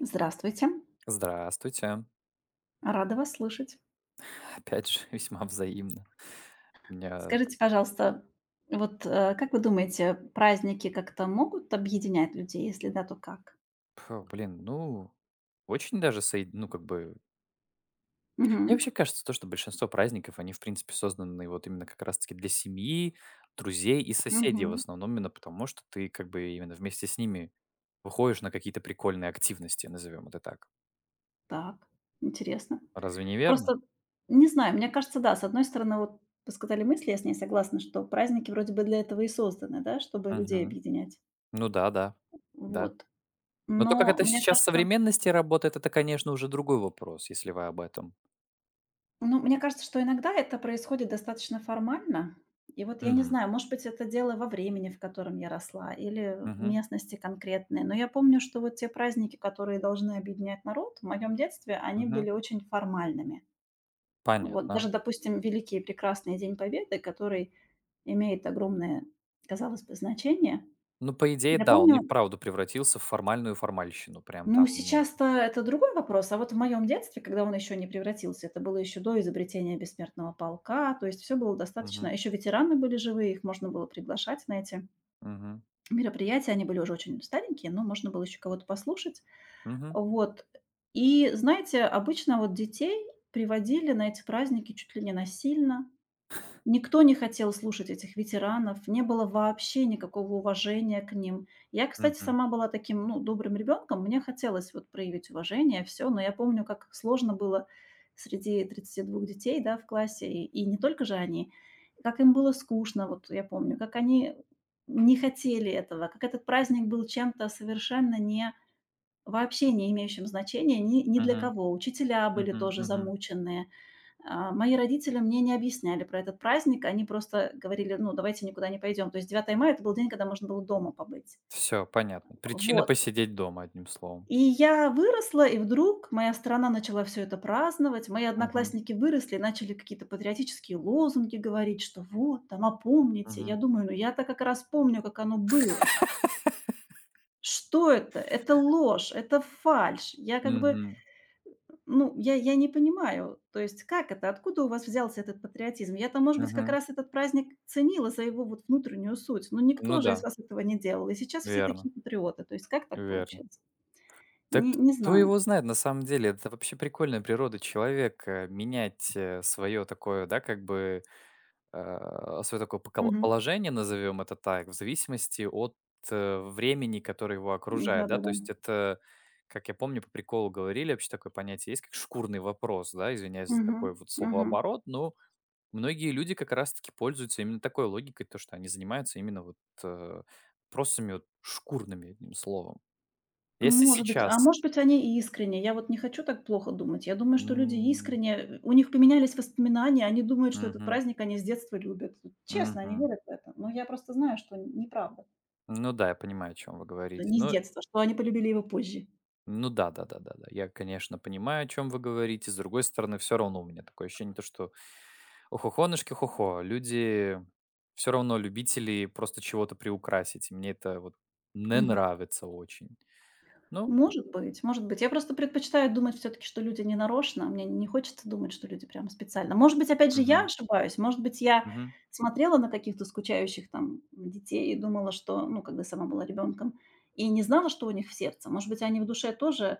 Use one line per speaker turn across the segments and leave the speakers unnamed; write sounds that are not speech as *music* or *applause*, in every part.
Здравствуйте,
Здравствуйте.
рада вас слышать.
Опять же, *laughs* весьма взаимно. У меня,
Скажите, пожалуйста, вот, как вы думаете, праздники как-то могут объединять людей? Если да, то как?
фу, блин, ну, очень даже, ну, как бы... Мне вообще
Мгм.
кажется, то, что большинство праздников, они, в принципе, созданы вот именно как раз-таки для семьи, друзей и соседей в
Мгм.
основном, именно потому, что ты как бы именно вместе с ними выходишь на какие-то прикольные активности, назовем это так.
Так, интересно.
Разве не верно?
Просто не знаю, мне кажется, да, с одной стороны, вот вы сказали мысли, я с ней согласна, что праздники вроде бы для этого и созданы, да, чтобы людей
Мгм.
объединять.
Ну да, да, да.
Вот.
Но то, как
Но
это
мне
сейчас в
кажется
современности работает, это, конечно, уже другой вопрос, если вы об этом.
Ну, мне кажется, что иногда это происходит достаточно формально. И вот я не
Мгм.
знаю, может быть, это дело во времени, в котором я росла, или в
Мгм.
местности конкретной. Но я помню, что вот те праздники, которые должны объединять народ, в моем детстве они
Мгм.
были очень формальными. Вот
Понятно.
даже, допустим, великий и прекрасный День Победы, который имеет огромное, казалось бы, значение.
Ну, по идее,
Я
да, он
помню,
и вправду превратился в формальную формальщину. Прям
Ну,
там.
сейчас-то это другой вопрос. А вот в моем детстве, когда он еще не превратился, это было еще до изобретения бессмертного полка, то есть все было достаточно.
Мгм.
Еще ветераны были живые, их можно было приглашать на эти
Мгм.
мероприятия. Они были уже очень старенькие, но можно было еще кого-то послушать.
Мгм.
Вот. И, знаете, обычно вот детей приводили на эти праздники чуть ли не насильно. Никто не хотел слушать этих ветеранов, не было вообще никакого уважения к ним. Я, кстати,
Мгм.
сама была таким, ну, добрым ребенком, мне хотелось вот проявить уважение, все. Но я помню, как сложно было среди тридцати двух детей, да, в классе, и не только же они, как им было скучно, вот я помню, как они не хотели этого, как этот праздник был чем-то совершенно не вообще не имеющим значения ни для
Мгм.
кого. Учителя были
Мгм.
тоже
Мгм.
замученные. А, мои родители мне не объясняли про этот праздник. Они просто говорили: "Ну, давайте никуда не пойдем". То есть 9 мая — это был день, когда можно было дома побыть.
Всё понятно. Причина
Вот.
посидеть дома, одним словом.
И я выросла, и вдруг моя страна начала все это праздновать. Мои
Мгм.
одноклассники выросли и начали какие-то патриотические лозунги говорить, что вот там, а помните? Я
Мгм.
думаю: "Ну, я-то как раз помню, как оно было". Что это? Это ложь, это фальшь. Я как бы
Мгм.
Ну, я не понимаю, то есть как это, откуда у вас взялся этот патриотизм? Я-то, может быть, как
Мгм.
раз этот праздник ценила за его вот внутреннюю суть, но
Ну
никто же
да,
из вас этого не делал, и сейчас все
верно,
такие патриоты. То есть как так
верно.
получилось?
Так
Не
кто
знаю.
его знает, на самом деле. Это вообще прикольная природа человека — менять, свое такое, да, как бы свое такое поколо
Мгм.
положение, назовем это так, в зависимости от, времени, которое его окружает, да. То
Да-да-да.
есть это, как я помню, по приколу говорили, вообще такое понятие есть, как шкурный вопрос, да, извиняюсь за
Мгм.
такой вот
Мгм.
словооборот, но многие люди как раз-таки пользуются именно такой логикой, то, что они занимаются именно вот, э, вопросами вот шкурными, одним словом. Если
Может быть, а
сейчас
может быть, они и искренне. Я вот не хочу так плохо думать. Я думаю, что люди
М,
искренне, у них поменялись воспоминания, они думают, что этот
мгм,
праздник они с детства любят. Честно, они
мгм.
верят в это, но я просто знаю, что неправда.
Ну да, я понимаю, о чем вы
Что
говорите.
не с
Ну
детства, что они полюбили его позже.
Ну да, да, да, да, да. Я, конечно, понимаю, о чем вы говорите. С другой стороны, все равно у меня такое ощущение, то, что охохонышки хохо. Люди все равно любители просто чего-то приукрасить. И мне это вот не
Мгм.
нравится очень. Ну,
Может быть, может быть. Я просто предпочитаю думать все таки что люди не нарочно. Мне не хочется думать, что люди прямо специально. Может быть, опять же, я
мгм,
ошибаюсь. Может быть, я
мгм,
смотрела на каких-то скучающих там детей и думала, что, ну, когда сама была ребенком, и не знала, что у них в сердце. Может быть, они в душе тоже,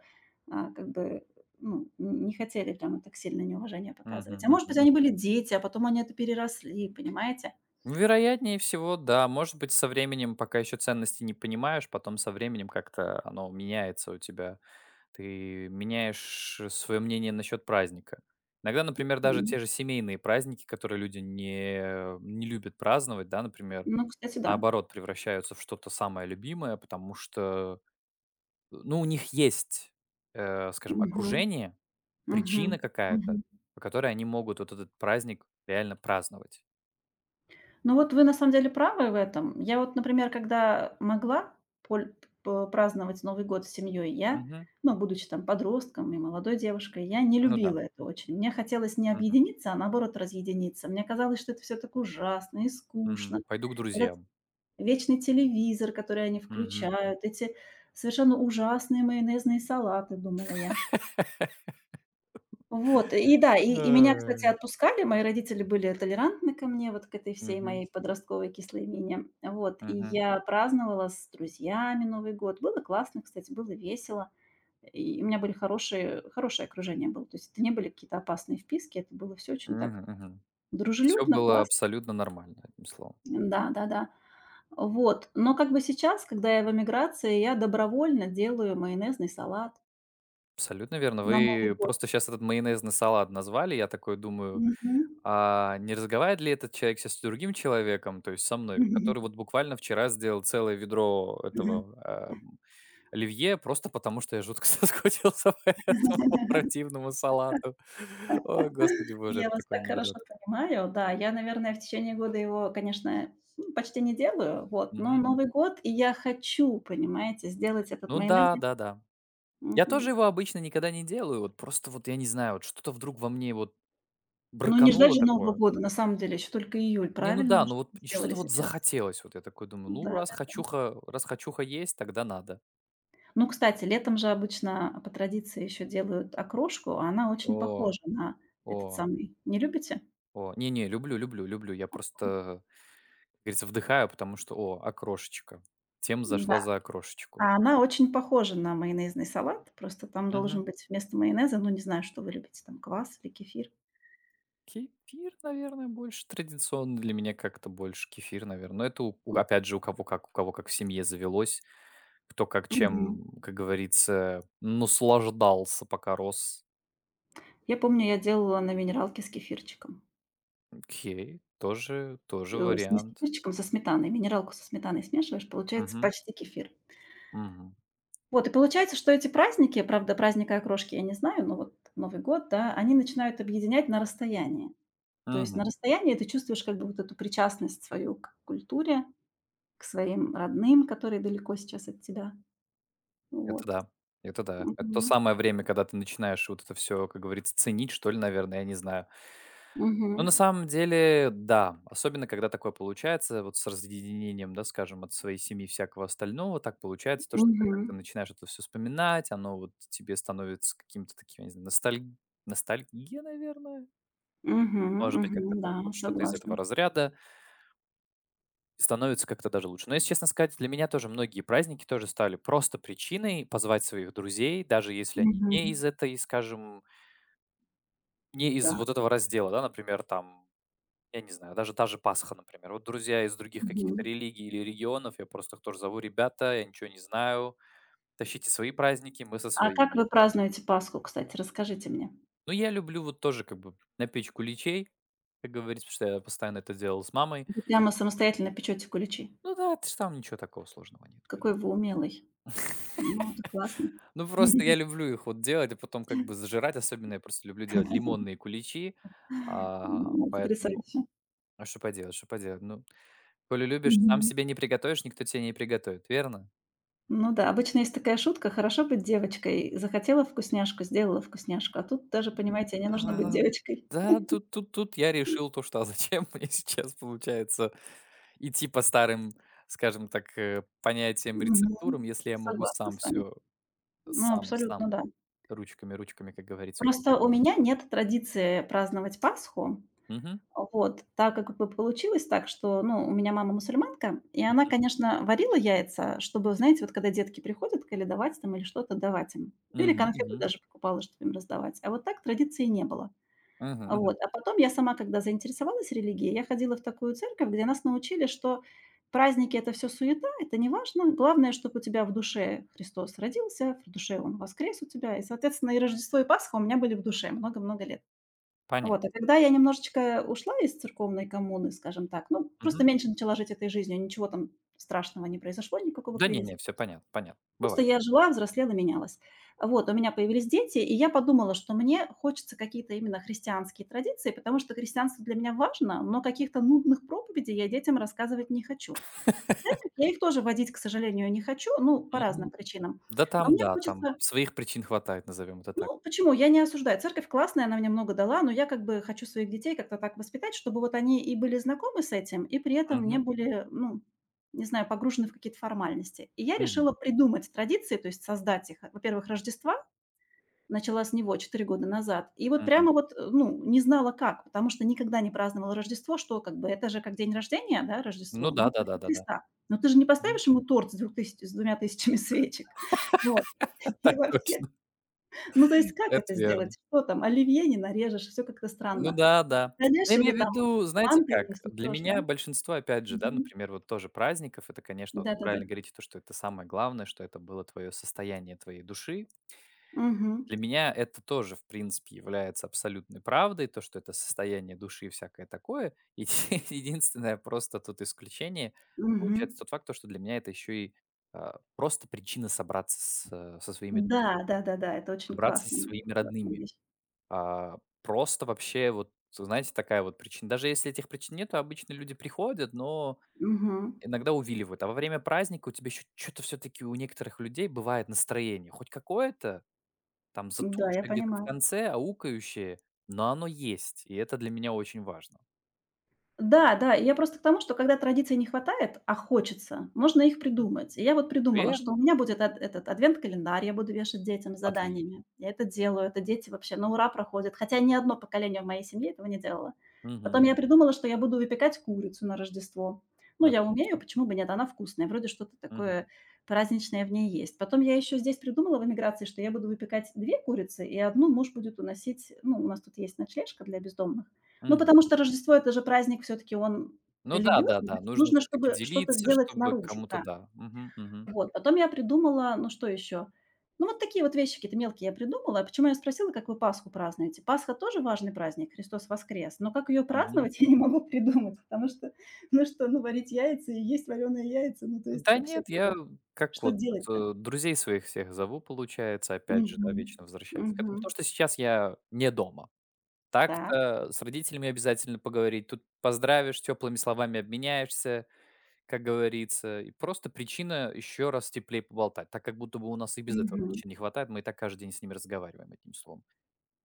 а, как бы, ну, н не хотели прямо так сильно неуважение
мгм,
показывать. А
мгм,
может быть,
мгм.
они были дети, а потом они это переросли, понимаете?
Вероятнее всего, да. Может быть, со временем, пока еще ценности не понимаешь, потом со временем как-то оно меняется у тебя. Ты меняешь свое мнение насчет праздника. Иногда, например, даже
М.
те же семейные праздники, которые люди не любят праздновать, да, например,
Ну, кстати, да.
наоборот, превращаются в что-то самое любимое, потому что, ну, у них есть, скажем,
Мгм.
окружение,
Мгм,
причина
мгм.
какая-то, по которой они могут вот этот праздник реально праздновать.
Ну вот вы на самом деле правы в этом. Я вот, например, когда могла поль п праздновать Новый год с семьей, я,
Мгм.
ну, будучи там подростком и молодой девушкой, я не
Ну да.
любила это очень. Мне хотелось не
Мгм.
объединиться, а наоборот разъединиться. Мне казалось, что это все так ужасно и скучно.
Мгм. Пойду к
Этот
друзьям.
вечный телевизор, который они
Мгм.
включают, эти совершенно ужасные майонезные салаты, думала я. Вот, и да, и меня, кстати,
Э.
отпускали. Мои родители были толерантны ко мне, вот к этой всей
Мгм.
моей подростковой кислой мине. Вот, и
Мгм.
я праздновала с друзьями Новый год. Было классно, кстати, было весело. И у меня были хорошие хорошее окружение было. То есть это не были какие-то опасные вписки, это было все очень так
Мгм. Мгм. Все
дружелюбно,
было
классно.
абсолютно нормально, одним словом.
Да-да-да. Вот, но как бы сейчас, когда я в эмиграции, я добровольно делаю майонезный салат
Абсолютно верно.
на Новый
Вы
год.
просто сейчас этот майонезный салат назвали. Я такой думаю,
Мгм.
а не разговаривает ли этот человек сейчас с другим человеком, то есть со мной, который вот буквально вчера сделал целое ведро этого, оливье просто потому, что я жутко *laughs* соскучился по этому
*laughs*
противному салату. Ой, господи боже,
Я
это
вас
такой
так
анекдот.
хорошо понимаю. Да, я, наверное, в течение года его, конечно, ну, почти не делаю, вот, но
Мгм.
Новый год, и я хочу, понимаете, сделать этот
Ну
майонез.
да, да-да. Я тоже
Мгм.
его обычно никогда не делаю, вот просто вот я не знаю, вот что-то вдруг во мне вот
Ну, не ждать
бракануло
же Нового
такое.
года, на самом деле, еще только июль,
Не, ну
правильно,
да,
вы
ну
что
вот и
сделали
что-то вот
сейчас?
захотелось. Вот я такой думаю, ну
Да-да-да.
раз хочуха есть, тогда надо.
Ну, кстати, летом же обычно по традиции еще делают окрошку, а она очень
О,
похожа на этот
о,
самый. Не любите?
о. Не-не, люблю, люблю, люблю. Я просто, как говорится, вдыхаю, потому что, о, окрошечка. Тема зашла
Да,
за окрошечку.
а она очень похожа на майонезный салат, просто там должен
Мгм.
быть вместо майонеза, ну, не знаю, что вы любите, там квас или кефир.
Кефир, наверное, больше традиционно для меня как-то больше кефир, наверное. Но это опять же у кого как в семье завелось, кто как
Мгм.
чем, как говорится, наслаждался, пока рос.
Я помню, я делала на минералке с кефирчиком.
Окей, тоже
Э, с не с
вариант.
кефирчиком, со сметаной. Минералку со сметаной смешиваешь, получается почти кефир.
Мгм.
Вот и получается, что эти праздники, правда, праздника окрошки я не знаю, но вот Новый год, да, они начинают объединять на расстоянии. То есть на
Мгм.
расстоянии ты чувствуешь как бы вот эту причастность свою к культуре, к своим родным, которые далеко сейчас от тебя.
Это
Вот.
да, это да. Это то
Мгм.
самое время, когда ты начинаешь вот это все, как говорится, ценить, что ли, наверное, я не знаю. Но
Мгм.
на самом деле, да, особенно когда такое получается, вот с разъединением, да, скажем, от своей семьи и всякого остального, так получается то, что ты
Мгм.
как-то начинаешь это все вспоминать, оно вот тебе становится каким-то таким, я не знаю, ностальгия, наверное?
Мгм.
Может быть, как-то
Мгм. Да,
так, вот что-то из
согласна.
этого разряда. Становится как-то даже лучше. Но, если честно сказать, для меня тоже многие праздники тоже стали просто причиной позвать своих друзей, даже если они не
Мгм.
из этой, скажем, не из
Да.
вот этого раздела, да, например, там, я не знаю, даже та же Пасха, например. Вот друзья из других каких-то
Мгм.
религий или регионов, я просто их тоже зову: «Ребята, я ничего не знаю, тащите свои праздники, мы со
А как
своими».
вы празднуете Пасху, кстати? Расскажите мне.
Но я люблю вот тоже как бы напечь куличей, как говорится, потому что я постоянно это делал с мамой.
Вы прямо самостоятельно печёте куличи?
Ну да, это ж там ничего такого сложного нет, по
Какой вы
идее.
умелый. Ну, это классно.
Ну, просто я люблю их вот делать, и потом как бы зажирать. Особенно я просто люблю делать лимонные куличи. А,
Ну,
поэтому,
потрясающе.
а что поделать, что поделать? Ну, коли любишь, сам
Мгм.
себе не приготовишь, никто тебе не приготовит, верно?
Ну да, обычно есть такая шутка: "Хорошо быть девочкой". Захотела вкусняшку — сделала вкусняшку. А тут даже,
М,
понимаете, не нужно быть
а,
девочкой.
да, тут я решил то, что а зачем *laughs* мне сейчас получается идти по старым, скажем так, понятиям, рецептурам,
Мгм.
если я могу
Согласна
сам
с вами.
все,
Ну,
сам,
абсолютно,
сам,
да.
ручками, ручками, как говорится, вот мы
Просто у
прикалываемся.
меня нет традиции праздновать Пасху. Вот, так как бы получилось так, что, ну, у меня мама мусульманка, и она,
Мгм.
конечно, варила яйца, чтобы, знаете, вот когда детки приходят, или давать там, или что-то давать им. Или
Мгм.
конфеты
Мгм.
даже покупала, чтобы им раздавать. А вот так традиции не было.
Мгм.
Вот.
Мгм.
А потом я сама, когда заинтересовалась религией, я ходила в такую церковь, где нас научили, что праздники — это все суета, это не важно. Главное, чтобы у тебя в душе Христос родился, в душе Он воскрес у тебя. И, соответственно, и Рождество, и Пасха у меня были в душе много-много лет. Вот,
Понятно.
а когда я немножечко ушла из церковной коммуны, скажем так, ну, просто
Мгм.
меньше начала жить этой жизнью, ничего там страшного не произошло, никакого
Да не
кризиса.
не, все
Просто
понятно понятно,
просто
бывает.
я жила, взрослела, менялась. Вот, у меня появились дети, и я подумала, что мне хочется какие-то именно христианские традиции, потому что христианство для меня важно, но каких-то нудных проповедей я детям рассказывать не хочу. В
*laughs*
церковь я их тоже водить, к сожалению, не хочу, ну, по разным
Мгм.
причинам. Но мне
Да, там
хочется
своих причин хватает, назовем это так.
ну, почему? Я не осуждаю. Церковь классная, она мне много дала, но я как бы хочу своих детей как-то так воспитать, чтобы вот они и были знакомы с этим, и при этом не
Мгм,
были, ну, не знаю, погружены в какие-то формальности. И я
мгм,
решила придумать традиции, то есть создать их. Во-первых, Рождества начала с него 4 года назад. И вот
мгм.
прямо вот, ну, не знала как, потому что никогда не праздновала Рождество, что как бы это же как день рождения, да,
Ну
Рождество, но
да,
только
да-да-да-да.
Христа. Но ты же не
Мгм.
поставишь ему торт с двумя тысячами свечек. Вот. *laughs*
*laughs*
И
Так
вообще
точно,
ну, то есть как
это
это
верно.
сделать? Что там, оливье не нарежешь, все как-то
Ну
странно.
да, да.
Нарежь
Я
или
имею в
там
виду, знаете
манты,
как,
если
для
тоже, да?
меня большинство, опять же, да,
Мгм.
например, вот тоже праздников — это, конечно, вот вы
Да-да-да.
правильно говорите, то, что это самое главное, что это было твое состояние твоей души.
Мгм.
Для меня это тоже, в принципе, является абсолютной правдой, то, что это состояние души и всякое такое. *laughs* И единственное просто тут исключение
Мгм.
получается тот факт, то, что для меня это еще и, просто причина собраться со своими
Да,
друзьями,
да-да-да, это очень
собраться
классно,
со своими
классная
родными.
вещь.
А, просто вообще вот, знаете, такая вот причина. Даже если этих причин нету, обычно люди приходят, но
Мгм.
иногда увиливают. А во время праздника у тебя еще чё-то все-таки у некоторых людей бывает настроение хоть какое-то, там
Да, я
затухшее где-то в
понимаю.
конце, аукающее, но оно есть, и это для меня очень важно.
Да, да, я просто к тому, что когда традиций не хватает, а хочется, можно их
М,
придумать. И я вот придумала, что у
верно,
меня будет этот адвент-календарь, я буду вешать детям с
отлично.
заданиями. Я это делаю, это дети вообще на ура проходят. Хотя ни одно поколение в моей семье этого не делало.
Мгм,
Потом я
мгм.
придумала, что я буду выпекать курицу на Рождество. Ну, я умею,
Отлично.
почему бы нет, она вкусная. Вроде что-то
Мгм,
такое праздничное в ней есть. Потом я еще здесь придумала в эмиграции, что я буду выпекать две курицы, и одну муж будет уносить. Ну, у нас тут есть ночлежка для бездомных. Ну,
мгм.
потому что Рождество — это же праздник, все-таки он
Ну
религиозный,
да-да-да,
значит,
нужно
нужно,
все таки
чтобы что-то
делиться,
сделать
чтобы
наружу,
кому-то
да.
да. Мгм, мгм,
Вот, потом я придумала, ну, что еще? Ну, вот такие вот вещи какие-то мелкие я придумала. Почему я спросила, как вы Пасху празднуете? Пасха тоже важный праздник, Христос воскрес, но как ее
мгм.
праздновать, *laughs* я не могу придумать, потому что, ну, варить яйца и есть вареные яйца, ну, то есть
Да
вообще
нет,
как бы
я как
что
вот,
делать-то?
друзей своих всех зову, получается, опять же,
Мгм.
да, вечно возвращается к
Мгм.
этому, потому что сейчас я не дома.
Так.
Так-то с родителями обязательно поговорить, тут поздравишь, теплыми словами обменяешься. Как говорится, и просто причина еще раз теплее поболтать. Так как будто бы у нас и без этого
Мгм.
причин не хватает, мы и так каждый день с ними разговариваем, одним словом.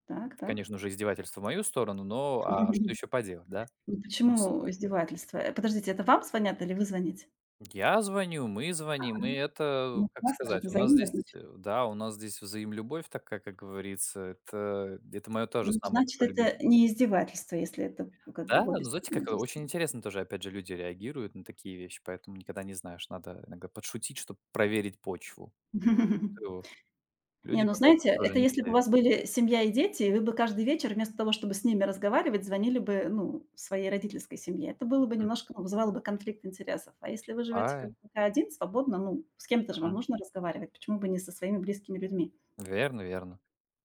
Так
Это,
так.
конечно, уже издевательство в мою сторону, но а что
*laughs*
еще поделать, да?
Ну,
Одним словом.
почему издевательство? Подождите, это вам звонят или вы звоните?
Я звоню, мы звоним, и это,
Ну,
как
классно же,
сказать,
это
у нас
взаимно,
здесь,
значит.
да, у нас здесь взаимлюбовь такая, как говорится, это мое тоже
Ну,
самое
значит,
такое любимое.
это не издевательство, если это, ну, как бы
Да,
в обе
ну знаете,
стороны
как очень
действует.
интересно тоже, опять же, люди реагируют на такие вещи, поэтому никогда не знаешь, надо иногда подшутить, чтобы проверить почву.
*laughs* Не,
Люди
ну,
пока еще
знаете,
тоже
это
не
если бы у
все.
вас были семья и дети, и вы бы каждый вечер вместо того, чтобы с ними разговаривать, звонили бы, ну, своей родительской семье. Это было бы
Мгм.
немножко, ну, вызывало бы конфликт интересов. А если вы живете как
А,
бы один, свободно, ну, с кем-то же вам
мгм.
нужно разговаривать, почему бы не со своими близкими людьми?
Верно, верно.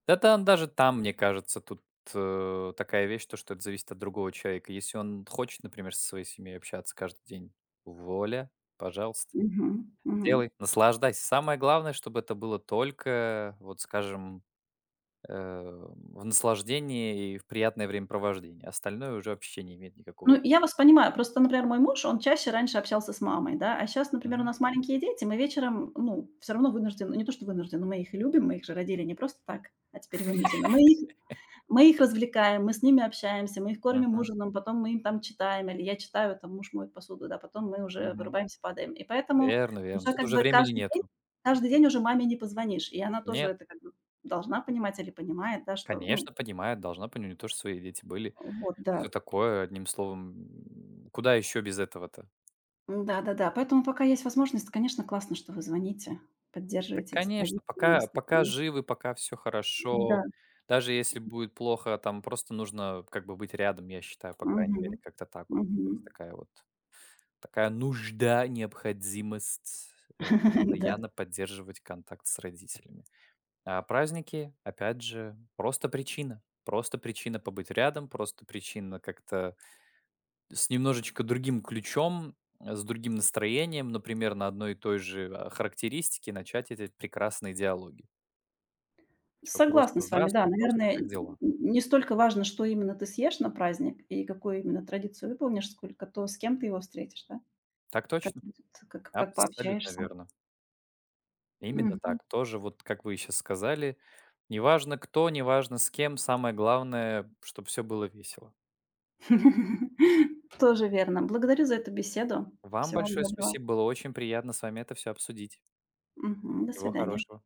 Да там даже там, мне кажется, тут, такая вещь, то, что это зависит от другого человека. Если он хочет, например, со своей семьей общаться каждый день, воля, пожалуйста,
Мгм, мгм.
делай, наслаждайся. Самое главное, чтобы это было только, вот скажем, в наслаждении и в приятное времяпровождение. Остальное уже вообще не имеет никакого.
Ну, я вас понимаю. Просто, например, мой муж, он чаще раньше общался с мамой, да, а сейчас, например, у
Мгм,
нас маленькие дети, мы вечером, ну, все равно вынуждены, ну, не то что вынуждены, мы их и любим, мы их же родили не просто так, а теперь вынуждены. Мы их развлекаем, мы с ними общаемся, мы их кормим
мгм,
ужином, потом мы им там читаем, или я читаю, там муж моет посуду, да, потом мы уже
мгм.
вырубаемся, падаем. И поэтому
Верно, верно.
уже
Тут
как
уже
бы
времени нету.
каждый день уже маме не позвонишь, и она тоже
Нет.
это как бы должна понимать или понимает, да, что, ну,
Конечно, понимает, должна понять, у нее тоже свои дети были.
вот,
Все
да.
такое, одним словом, куда еще без этого-то?
Да-да-да, поэтому пока есть возможность, конечно, классно, что вы звоните,
Так,
поддерживаете эти традиции
конечно,
на
пока
расстоянии.
живы, пока все хорошо,
Да,
даже если будет плохо, там просто нужно как бы быть рядом, я считаю, по крайней
мгм,
мере, как-то так вот.
мгм.
Такая вот такая нужда, необходимость, э,
*laughs* Да,
постоянно поддерживать контакт с родителями. А праздники, опять же, просто причина. Просто причина побыть рядом, просто причина как-то с немножечко другим ключом, с другим настроением, например, на одной и той же, характеристике начать эти прекрасные диалоги. Типа просто:
согласна с вами, да,
«Здравствуй, просто
наверное, н
как дела?»
не столько важно, что именно ты съешь на праздник и какую именно традицию выполнишь, сколько то, с кем ты его встретишь, да,
Так
как
точно,
будет, как
абсолютно
пообщаешься.
верно. Именно
Мгм.
так. Тоже вот, как вы сейчас сказали, неважно кто, неважно с кем, самое главное, чтобы все было весело.
*laughs* Тоже верно. Благодарю за эту беседу.
Вам
Всего вам
большое
доброго.
спасибо, было очень приятно с вами это все обсудить.
Мгм. До
Всего
свидания.
хорошего.